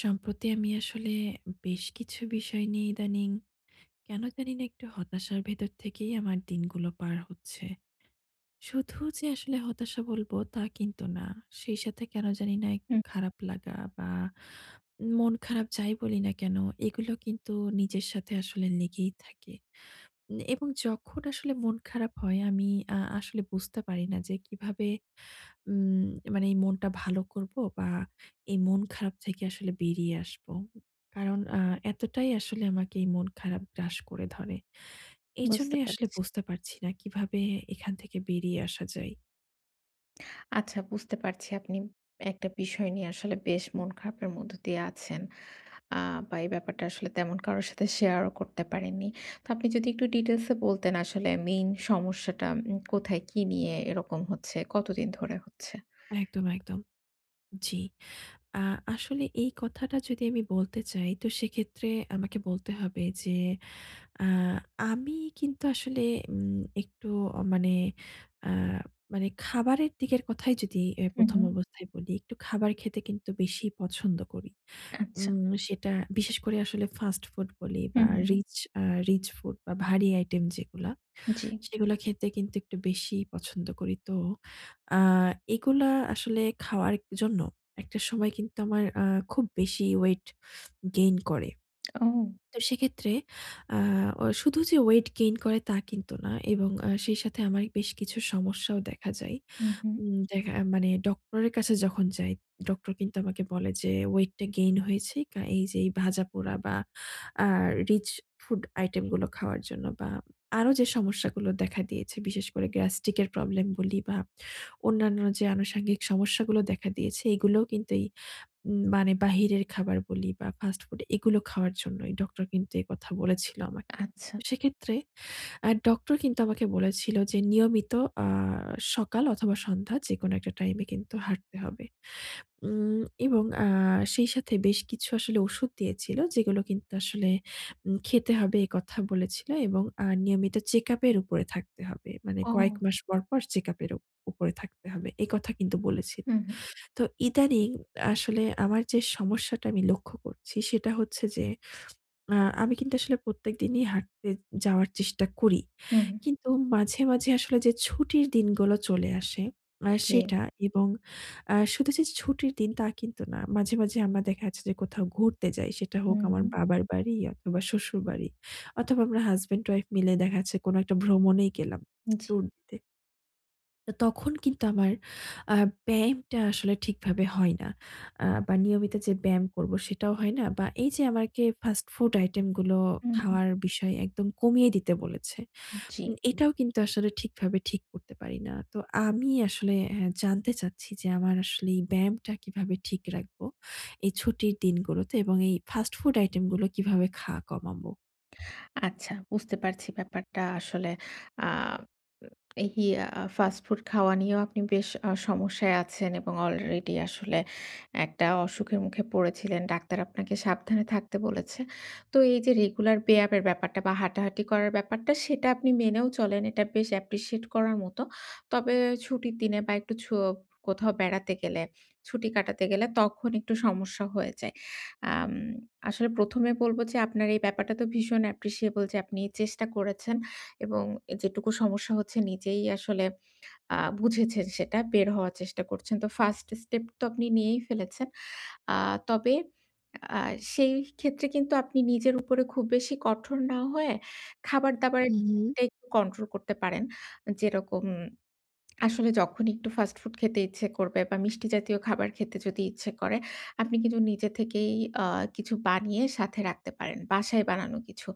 সম্প্রতি আমি আসলে বেশ কিছু বিষয় নিয়ে ইদানিং কেন জানি না একটু হতাশার ভেতর থেকেই আমার দিনগুলো পার হচ্ছে। শুধু যে আসলে হতাশা বলবো তা কিন্তু না। সেই সাথে কেন জানি না একটু হুম, খারাপ লাগা বা মন খারাপ যাই বলি না কেন, এগুলো কিন্তু নিজের সাথে আসলে লেগেই থাকে। এবং যখন আসলে মন খারাপ হয় আমি আসলে বুঝতে পারি না যে কিভাবে উম মানে এই মনটা ভালো করবো বা এই মন খারাপ থেকে আসলে বেরিয়ে আসবো। কারণ এতটাই আসলে আমাকে এই মন খারাপ গ্রাস করে ধরে। বুঝতে এইজন্যই আসলে পারছি। বুঝতে পারছি না কিভাবে এখান থেকে বেরিয়ে আসা যায়। আচ্ছা, বুঝতে পারছি আপনি একটা বিষয় নিয়ে আসলে বেশ মন খারাপের মধ্য দিয়ে আছেন। আ বা এই ব্যাপারটা আসলে তেমন কারো সাথে শেয়ারও করতে পারেননি। তো আপনি যদি একটু ডিটেইলস এ বলতেন আসলে মেইন সমস্যাটা কোথায়, কি নিয়ে এরকম হচ্ছে, কতদিন ধরে হচ্ছে? একদম, একদম। জি। আ আসলে এই কথাটা যদি আমি বলতে চাই, তো সেক্ষেত্রে আমাকে বলতে হবে যে আ আমি কিন্তু আসলে একটু অ মানে আ মানে খাবারের দিকের কথাই যদি এ হুম, ১ম হুম। অবস্থায় বলি, একটু খাবার খেতে কিন্তু বেশি পছন্দ করি। আচ্ছা। উম সেটা বিশেষ করে আসলে ফাস্ট ফুড বলি বা হুম, হুম, হুম। রিচ আ রিচ ফুড বা ভারী আইটেম যেগুলা, জি। সেগুলা খেতে কিন্তু একটু বেশি পছন্দ করি। তো আ এগুলা আসলে খাওয়ার জন্য একটা সময় কিন্তু আমার খুব বেশি ওয়েট গেইন করে। ও! তো সেক্ষেত্রে আ অ শুধু যে ওয়েট গেইন করে তা কিন্তু না, এবং সেই সাথে আমার বেশ কিছু সমস্যাও দেখা যায়। হুম, হুম। দেখা মানে ডক্টরের কাছে যখন যাই, ডক্টর কিন্তু আমাকে বলে যে ওয়েটটা গেইন হয়েছে এই যে এই ভাজাপোড়া বা আ রিচ ফুড আইটেম গুলো খাওয়ার জন্য, বা আরো যে সমস্যাগুলো দেখা দিয়েছে, বিশেষ করে গ্যাস্ট্রিক এর প্রবলেম বলি বা অন্যান্য যে আনুষঙ্গিক সমস্যাগুলো দেখা দিয়েছে, এগুলোও কিন্তু এই মানে বাহিরের খাবার বলি বা ফাস্ট ফুড, এগুলো খাওয়ার জন্যই ডক্টর কিন্তু এ কথা বলেছিল আমাকে। আচ্ছা। তো সেক্ষেত্রে ডক্টর কিন্তু আমাকে বলেছিল যে নিয়মিত আ সকাল অথবা সন্ধ্যা যেকোনো একটা টাইমে কিন্তু হাঁটতে হবে। উম এবং সেই সাথে বেশ কিছু আসলে ওষুধ দিয়েছিল, যেগুলো কিন্তু আসলে খেতে হবে এ কথা বলেছিল, এবং নিয়মিত চেকআপ এর উপরে থাকতে হবে। মানে ও! কয়েক মাস পর, পর চেকআপ এর উপরে থাকতে হবে। এ কথা কিন্তু বলেছিল। হুম, হুম। তো ইদানিং আসলে আমার যে সমস্যাটা আমি লক্ষ্য করছি সেটা হচ্ছে যে, আ আমি কিন্তু আসলে প্রত্যেকদিনই হাঁটতে যাওয়ার চেষ্টা করি। হুম, হুম। কিন্তু মাঝে, মাঝে আসলে যে ছুটির দিনগুলো চলে আসে জি। সেটা, এবং শুধু যে ছুটির দিন তা কিন্তু না। মাঝে, মাঝে আমরা দেখা যাচ্ছে যে কোথাও ঘুরতে যাই। সেটা হোক হুম, আমার হুম। বাবার বাড়ি অথবা শ্বশুরবাড়ি, অথবা আমরা হাসব্যান্ড ওয়াইফ মিলে দেখা যাচ্ছে কোনো একটা ভ্রমণেই গেলাম, জি। ট্যুর দিতে। তো তখন কিন্তু আমার আ ব্যায়ামটা আসলে ঠিকভাবে হয় না। বা নিয়মিত যে ব্যায়াম করবো সেটাও হয় না, বা এই যে আমাকে ফাস্ট ফুড আইটেম গুলো হুম, হুম। খাওয়ার বিষয় একদম কমিয়ে দিতে বলেছে, জি। এটাও কিন্তু আসলে ঠিকভাবে ঠিক করতে পারি না। তো আমি আসলে, হ্যাঁ, জানতে চাচ্ছি যে আমার আসলে এই ব্যায়ামটা কিভাবে ঠিক রাখবো এই ছুটির দিনগুলোতে, এবং এই ফাস্ট ফুড আইটেম গুলো কিভাবে খাওয়া কমাবো? আচ্ছা, বুঝতে পারছি ব্যাপারটা আসলে আ এই আ ফাস্ট ফুড খাওয়া নিয়েও আপনি বেশ সমস্যায় আছেন এবং অলরেডি আসলে একটা অসুখের মুখে পড়েছিলেন। ডাক্তার আপনাকে সাবধানে থাকতে বলেছে। তো এই যে রেগুলার ব্যায়ামের ব্যাপারটা বা হাঁটাহাঁটি করার ব্যাপারটা সেটা আপনি মেনেও চলেন। এটা বেশ অ্যাপ্রিশিয়েট করার মতো। তবে ছুটির দিনে বা একটু কোথাও বেড়াতে গেলে, ছুটি কাটাতে গেলে তখন একটু সমস্যা হয়ে যায়। আম আসলে ১ম এ বলব যে আপনার এই ব্যাপারটা তো ভীষণ অ্যাপ্রিশিয়েবল যে আপনি চেষ্টা করেছেন এবং যেটুকু সমস্যা হচ্ছে নিজেই আসলে বুঝেছেন সেটা, বের হওয়ার চেষ্টা করছেন। তো ফার্স্ট স্টেপ তো আপনি নিয়েই ফেলেছেন। আ তবে আ সেই ক্ষেত্রে কিন্তু আপনি নিজের উপরে খুব বেশি কঠোর না হয়ে খাবার-দাবারের হু, হু, দিকটা একটু কন্ট্রোল করতে পারেন। যেরকম আসলে যখন একটু ফাস্ট ফুড খেতে ইচ্ছে করবে বা মিষ্টি জাতীয় খাবার খেতে যদি ইচ্ছে করে, আপনি কিন্তু নিজে থেকেই আ কিছু বানিয়ে সাথে রাখতে পারেন। বাসায় বানানো কিছু।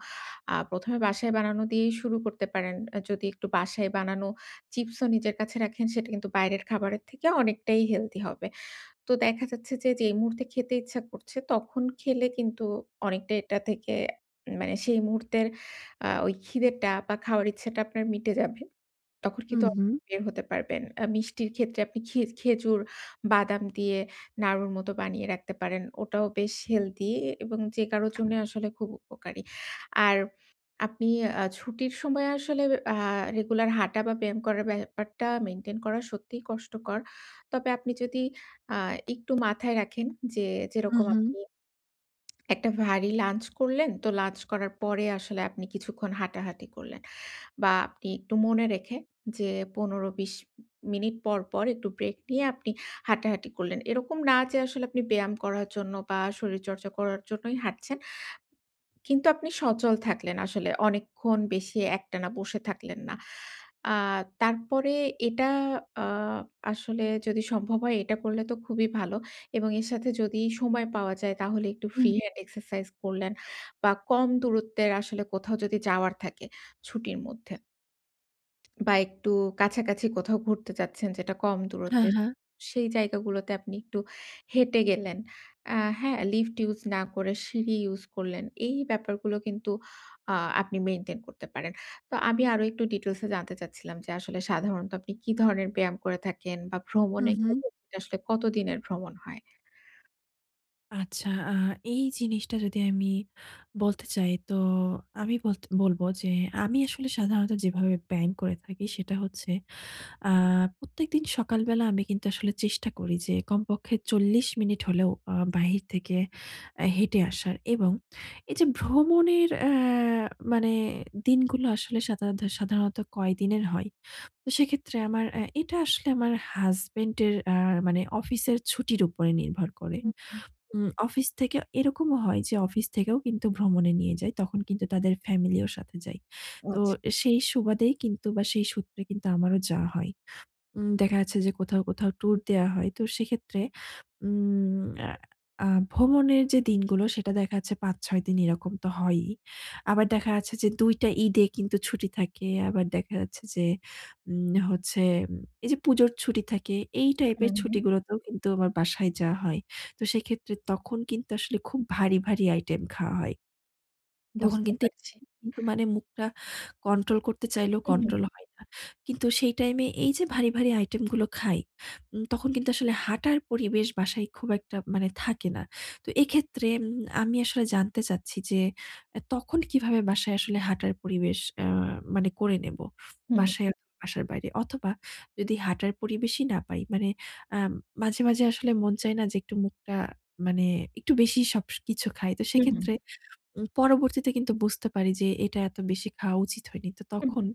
১ম এ বাসায় বানানো দিয়েই শুরু করতে পারেন। যদি একটু বাসায় বানানো চিপসও নিজের কাছে রাখেন, সেটা কিন্তু বাইরের খাবারের থেকে অনেকটাই হেলদি হবে। তো দেখা যাচ্ছে যে, যেই মুহূর্তে খেতে ইচ্ছা করছে, তখন খেলে কিন্তু অনেকটা এটা থেকে মানে সেই মুহূর্তের ওই খিদেটা বা খাওয়ার ইচ্ছাটা আপনার মিটে যাবে। তখন হু, কিন্তু আপনি হু, বের হতে পারবেন। মিষ্টির ক্ষেত্রে আপনি খেজুর, বাদাম দিয়ে নাড়ুর মতো বানিয়ে রাখতে পারেন। ওটাও বেশ হেলদি এবং যে কারো জন্য আসলে খুব উপকারী। আর আপনি ছুটির সময় আসলে আ রেগুলার হাঁটা বা ব্যায়াম করার ব্যাপারটা মেইনটেইন করা সত্যিই কষ্টকর। তবে আপনি যদি আ একটু মাথায় রাখেন যে হু, যেরকম হু, আপনি একটা ভারী লাঞ্চ করলেন, তো লাঞ্চ করার পরে আসলে আপনি কিছুক্ষণ হাঁটাহাঁটি করলেন। বা আপনি একটু মনে রেখে যে ১৫-২০ মিনিট পর, পর একটু ব্রেক নিয়ে আপনি হাঁটাহাঁটি করলেন। এরকম না যে আসলে আপনি ব্যায়াম করার জন্য বা শরীরচর্চা করার জন্যই হাঁটছেন। কিন্তু আপনি সচল থাকলেন আসলে অনেকক্ষণ বেশি একটানা বসে থাকলেন না। আ তারপরে এটা আ আসলে যদি সম্ভব হয় এটা করলে তো খুবই ভালো এবং এর সাথে যদি সময় পাওয়া যায় তাহলে একটু হু, ফ্রি হ্যান্ড এক্সারসাইজ করলেন বা কম দূরত্বের আসলে কোথাও যদি যাওয়ার থাকে ছুটির মধ্যে। বা একটু কাছাকাছি কোথাও ঘুরতে যাচ্ছেন যেটা কম হ্যাঁ, দূরত্বে, হ্যাঁ, সেই জায়গাগুলোতে আপনি একটু হেঁটে গেলেন। আ হ্যাঁ, লিফট ইউজ না করে সিঁড়ি ইউজ করলেন। এই ব্যাপারগুলো কিন্তু আ আপনি মেইনটেইন করতে পারেন। তো আমি আরো একটু ডিটেইলস এ জানতে চাচ্ছিলাম যে আসলে সাধারণত আপনি কি ধরনের ব্যায়াম করে থাকেন বা হু, ভ্রমণে হু। গেলে সেটা আসলে কত দিনের ভ্রমণ হয়? আচ্ছা, এই জিনিসটা যদি আমি বলতে চাই, তো আমি বলতে বলব যে আমি আসলে সাধারণত যেভাবে ব্যায়াম করে থাকি সেটা হচ্ছে, আ প্রত্যেকদিন সকালবেলা আমি কিন্তু আসলে চেষ্টা করি যে কমপক্ষে ৪০ মিনিট হলেও বাহির থেকে হেঁটে আসার। এবং এই যে ভ্রমণের, মানে দিনগুলো আসলে সাধারণত সাধারণত কয়দিনের হয়। তো সেক্ষেত্রে আমার, এটা আসলে আমার হাসব্যান্ডের মানে অফিসের ছুটির উপরে নির্ভর করে। হুম, হুম, অফিস থেকে এরকমও হয় যে অফিস থেকেও কিন্তু ভ্রমণে নিয়ে যায়। তখন কিন্তু তাদের ফ্যামিলিও সাথে যায়। তো আচ্ছা। সেই সুবাদেই কিন্তু, বা সেই সূত্রে কিন্তু আমারও যাওয়া হয়। দেখা যাচ্ছে যে কোথাও, কোথাও ট্যুর দেয়া হয়। তো সেক্ষেত্রে উম আ আ ভ্রমণের যে দিনগুলো সেটা দেখা যাচ্ছে ৫-৬ দিন এরকম তো হয়ই। আবার দেখা যাচ্ছে যে ২ টা ঈদে কিন্তু ছুটি থাকে। আবার দেখা যাচ্ছে যে হচ্ছে, এই যে পুজোর ছুটি থাকে, এই টাইপের হুম, হুম। ছুটিগুলোতেও কিন্তু আমার বাসায় যাওয়া হয়। তো সেক্ষেত্রে তখন কিন্তু আসলে খুব ভারী, ভারী আইটেম খাওয়া হয়। তখন বুঝতে কিন্তু পারছি। কিন্তু মানে মুখটা কন্ট্রোল করতে চাইলেও হুম, হুম, কন্ট্রোল হয় না। কিন্তু সেই টাইমে এই যে ভারী, ভারী আইটেমগুলো খাই, তখন কিন্তু আসলে হাঁটার পরিবেশ বাসায় খুব একটা মানে থাকে না। তো এক্ষেত্রে আমি আসলে জানতে চাচ্ছি যে তখন কিভাবে বাসায় আসলে হাঁটার পরিবেশ আ মানে করে নেব? হুম, বাসায় অথবা বাসার বাইরে? অথবা যদি হাঁটার পরিবেশই না পাই, মানে আম মাঝে, মাঝে আসলে মন চায় না যে একটু মুখটা মানে একটু বেশি সব কিছু খাই। তো হুম, হুম, সেক্ষেত্রে পরবর্তীতে কিন্তু বুঝতে পারি যে এটা এত বেশি খাওয়া উচিত হয়নি। তো হুম, তখন হুম।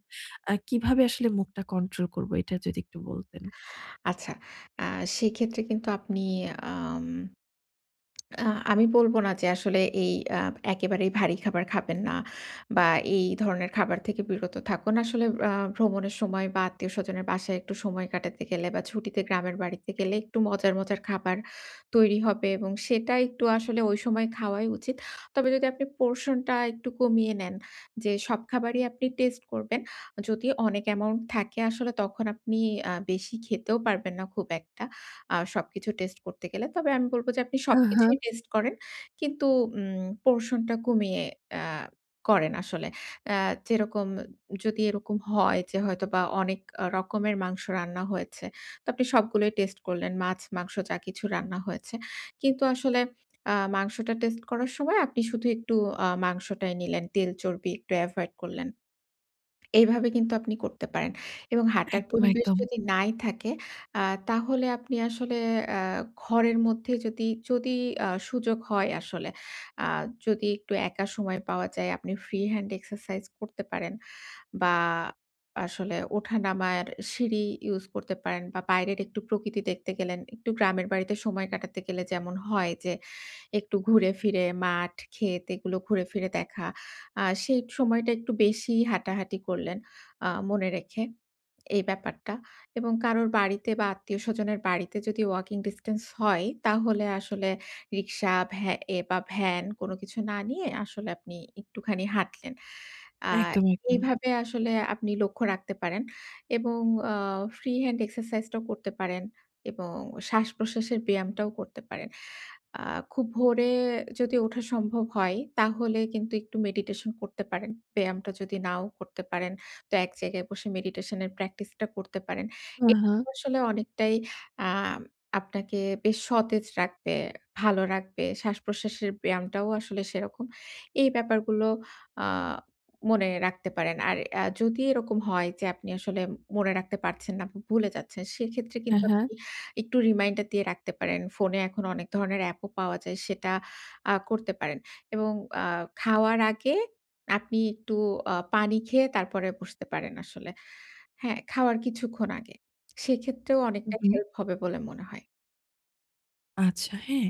কিভাবে আসলে মুখটা কন্ট্রোল করব এটা যদি একটু বলতেন? আচ্ছা, আ সেক্ষেত্রে কিন্তু আপনি আম আ আমি বলব না যে আসলে এই আ একেবারেই ভারী খাবার খাবেন না বা এই ধরনের খাবার থেকে বিরত থাকুন। আসলে ভ্রমণের সময় বা আত্মীয়স্বজনের বাসায় একটু সময় কাটাতে গেলে বা ছুটিতে গ্রামের বাড়িতে গেলে একটু মজার, মজার খাবার তৈরি হবে এবং সেটা একটু আসলে ওই সময় খাওয়াই উচিত। তবে যদি আপনি পোরশনটা একটু কমিয়ে নেন যে সব খাবারই আপনি টেস্ট করবেন। যদি অনেক অ্যামাউন্ট থাকে আসলে তখন আপনি বেশি খেতেও পারবেন না খুব একটা। সবকিছু টেস্ট করতে গেলে। তবে আমি বলব যে আপনি হ্যাঁ, হ্যাঁ। সবকিছুই টেস্ট করেন। কিন্তু পোরশন টা কমিয়ে আ করেন আসলে। আ যেরকম যদি এরকম হয় যে হয়তোবা অনেক রকমের মাংস রান্না হয়েছে। তো আপনি সবগুলোই টেস্ট করলেন। মাছ, মাংস যা কিছু রান্না হয়েছে। কিন্তু আসলে মাংসটা টেস্ট করার সময় আপনি শুধু একটু মাংসটাই নিলেন। তেল চর্বি একটু এভয়েড করলেন। এইভাবে কিন্তু আপনি করতে পারেন। এবং হাঁটার একদম, পরিবেশ একদম। যদি নাই থাকে, আ তাহলে আপনি আসলে আ ঘরের মধ্যে যদি সুযোগ হয় আসলে, আ যদি একটু একা সময় পাওয়া যায়, আপনি ফ্রি হ্যান্ড এক্সারসাইজ করতে পারেন বা আসলে ওঠা-নামার সিঁড়ি ইউজ করতে পারেন বা বাইরের একটু প্রকৃতি দেখতে গেলেন, একটু গ্রামের বাড়িতে সময় কাটাতে গেলে যেমন হয় যে একটু ঘুরে ফিরে মাঠ, ক্ষেত এগুলো ঘুরে ফিরে দেখা। সেই সময়টা একটু বেশিই হাঁটাহাঁটি করলেন মনে রেখে এই ব্যাপারটা। এবং কারোর বাড়িতে বা আত্মীয়স্বজনের বাড়িতে যদি ওয়াকিং ডিসট্যান্স হয়, তাহলে আসলে রিক্সা ভ্যা এ বা ভ্যান কোনো কিছু না নিয়ে আসলে আপনি একটুখানি হাঁটলেন। আ একদম, একদম। এইভাবে আসলে আপনি লক্ষ্য রাখতে পারেন এবং আ ফ্রি হ্যান্ড এক্সারসাইজটাও করতে পারেন এবং শ্বাস-প্রশ্বাসের ব্যায়ামটাও করতে পারেন। আ খুব ভোরে যদি ওঠা সম্ভব হয়, তাহলে কিন্তু একটু মেডিটেশন করতে পারেন। ব্যায়ামটা যদি নাও করতে পারেন, তো এক জায়গায় বসে মেডিটেশনের প্র্যাকটিসটা করতে পারেন। হ্যাঁ, হ্যাঁ। এটা আসলে অনেকটাই আ আপনাকে বেশ সতেজ রাখবে, ভালো রাখবে। শ্বাসপ্রশ্বাসের ব্যায়ামটাও আসলে সেরকম। এই ব্যাপারগুলো আ মনে রাখতে পারেন। আর যদি এরকম হয় যে আপনি আসলে মনে রাখতে পারছেন না, বা ভুলে যাচ্ছেন, সেক্ষেত্রে হ্যাঁ, কিন্তু হ্যাঁ। আপনি একটু রিমাইন্ডার দিয়ে রাখতে পারেন। ফোনে এখন অনেক ধরনের অ্যাপও পাওয়া যায় সেটা করতে পারেন এবং আ খাওয়ার আগে আপনি একটু পানি খেয়ে তারপরে বসতে পারেন আসলে। হ্যাঁ, খাওয়ার কিছুক্ষণ আগে। সেক্ষেত্রেও হু, অনেকটা হুম। হেল্প হবে বলে মনে হয়। আচ্ছা, হ্যাঁ।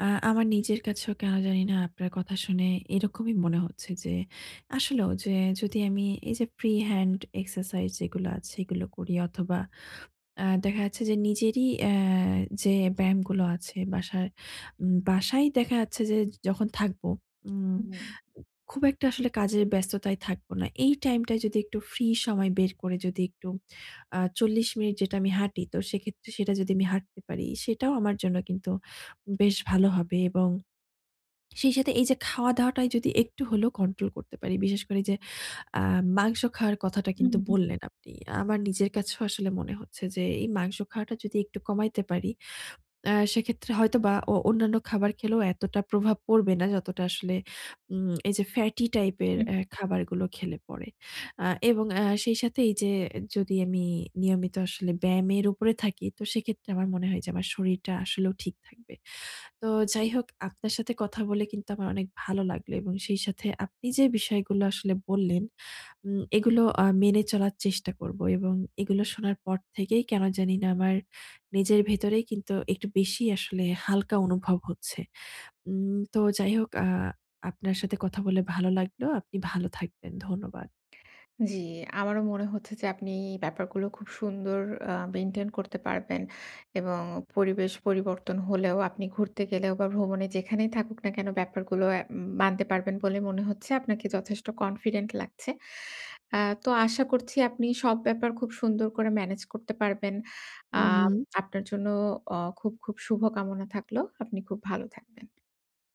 আ আমার নিজের কাছেও কেন জানি না আপনার কথা শুনে এরকমই মনে হচ্ছে যে আসলেও যে, যদি আমি এই যে ফ্রি হ্যান্ড এক্সারসাইজ যেগুলো আছে এগুলো করি, অথবা দেখা যাচ্ছে যে নিজেরই, যে ব্যায়ামগুলো আছে, বাসায় দেখা যাচ্ছে যে যখন থাকবো, উম হুম। খুব একটা আসলে কাজের ব্যস্ততায় থাকবো না। এই টাইমটায় যদি একটু ফ্রি সময় বের করে, যদি একটু ৪০ মিনিট যেটা আমি হাঁটি, তো সেক্ষেত্রে সেটা যদি আমি হাঁটতে পারি, সেটাও আমার জন্য কিন্তু বেশ ভালো হবে। এবং সেই সাথে এই যে খাওয়া-দাওয়াটায় যদি একটু হলেও কন্ট্রোল করতে পারি, বিশেষ করে যে আ মাংস খাওয়ার কথাটা কিন্তু হুম, বললেন আপনি। আমার নিজের কাছেও আসলে মনে হচ্ছে যে এই মাংস খাওয়াটা যদি একটু কমাইতে পারি, সেক্ষেত্রে হয়তোবা অন্যান্য খাবার খেলেও এতটা প্রভাব পড়বে না, যতটা আসলে এই যে ফ্যাটি টাইপের হুম। খাবারগুলো খেলে পরে। এবং সেই সাথে এই যে যদি আমি নিয়মিত আসলে ব্যায়ামের উপরে থাকি, তো সেক্ষেত্রে আমার মনে হয় যে আমার শরীরটা আসলেও ঠিক থাকবে। তো যাই হোক, আপনার সাথে কথা বলে কিন্তু আমার অনেক ভালো লাগলো, এবং সেই সাথে আপনি যে বিষয়গুলো আসলে বললেন, এগুলো মেনে চলার চেষ্টা করব। এবং এগুলো শোনার পর থেকেই কেন জানি না আমার নিজের ভেতরেই কিন্তু একটু বেশি আসলে হালকা অনুভব হচ্ছে। তো যাই হোক, আপনার সাথে কথা বলে ভালো লাগলো। আপনি ভালো থাকবেন। ধন্যবাদ। জি, আমারও মনে হচ্ছে যে আপনি এই ব্যাপারগুলো খুব সুন্দর মেইনটেইন করতে পারবেন এবং পরিবেশ পরিবর্তন হলেও আপনি ঘুরতে গেলেও বা ভ্রমণে যেখানেই থাকুক না কেন ব্যাপারগুলো মানতে পারবেন বলে মনে হচ্ছে। আপনাকে যথেষ্ট কনফিডেন্ট লাগছে। আ তো আশা করছি আপনি সব ব্যাপার খুব সুন্দর করে ম্যানেজ করতে পারবেন। হুম, হুম। হুম। আপনার জন্য খুব, খুব শুভকামনা থাকলো। আপনি খুব ভালো থাকবেন।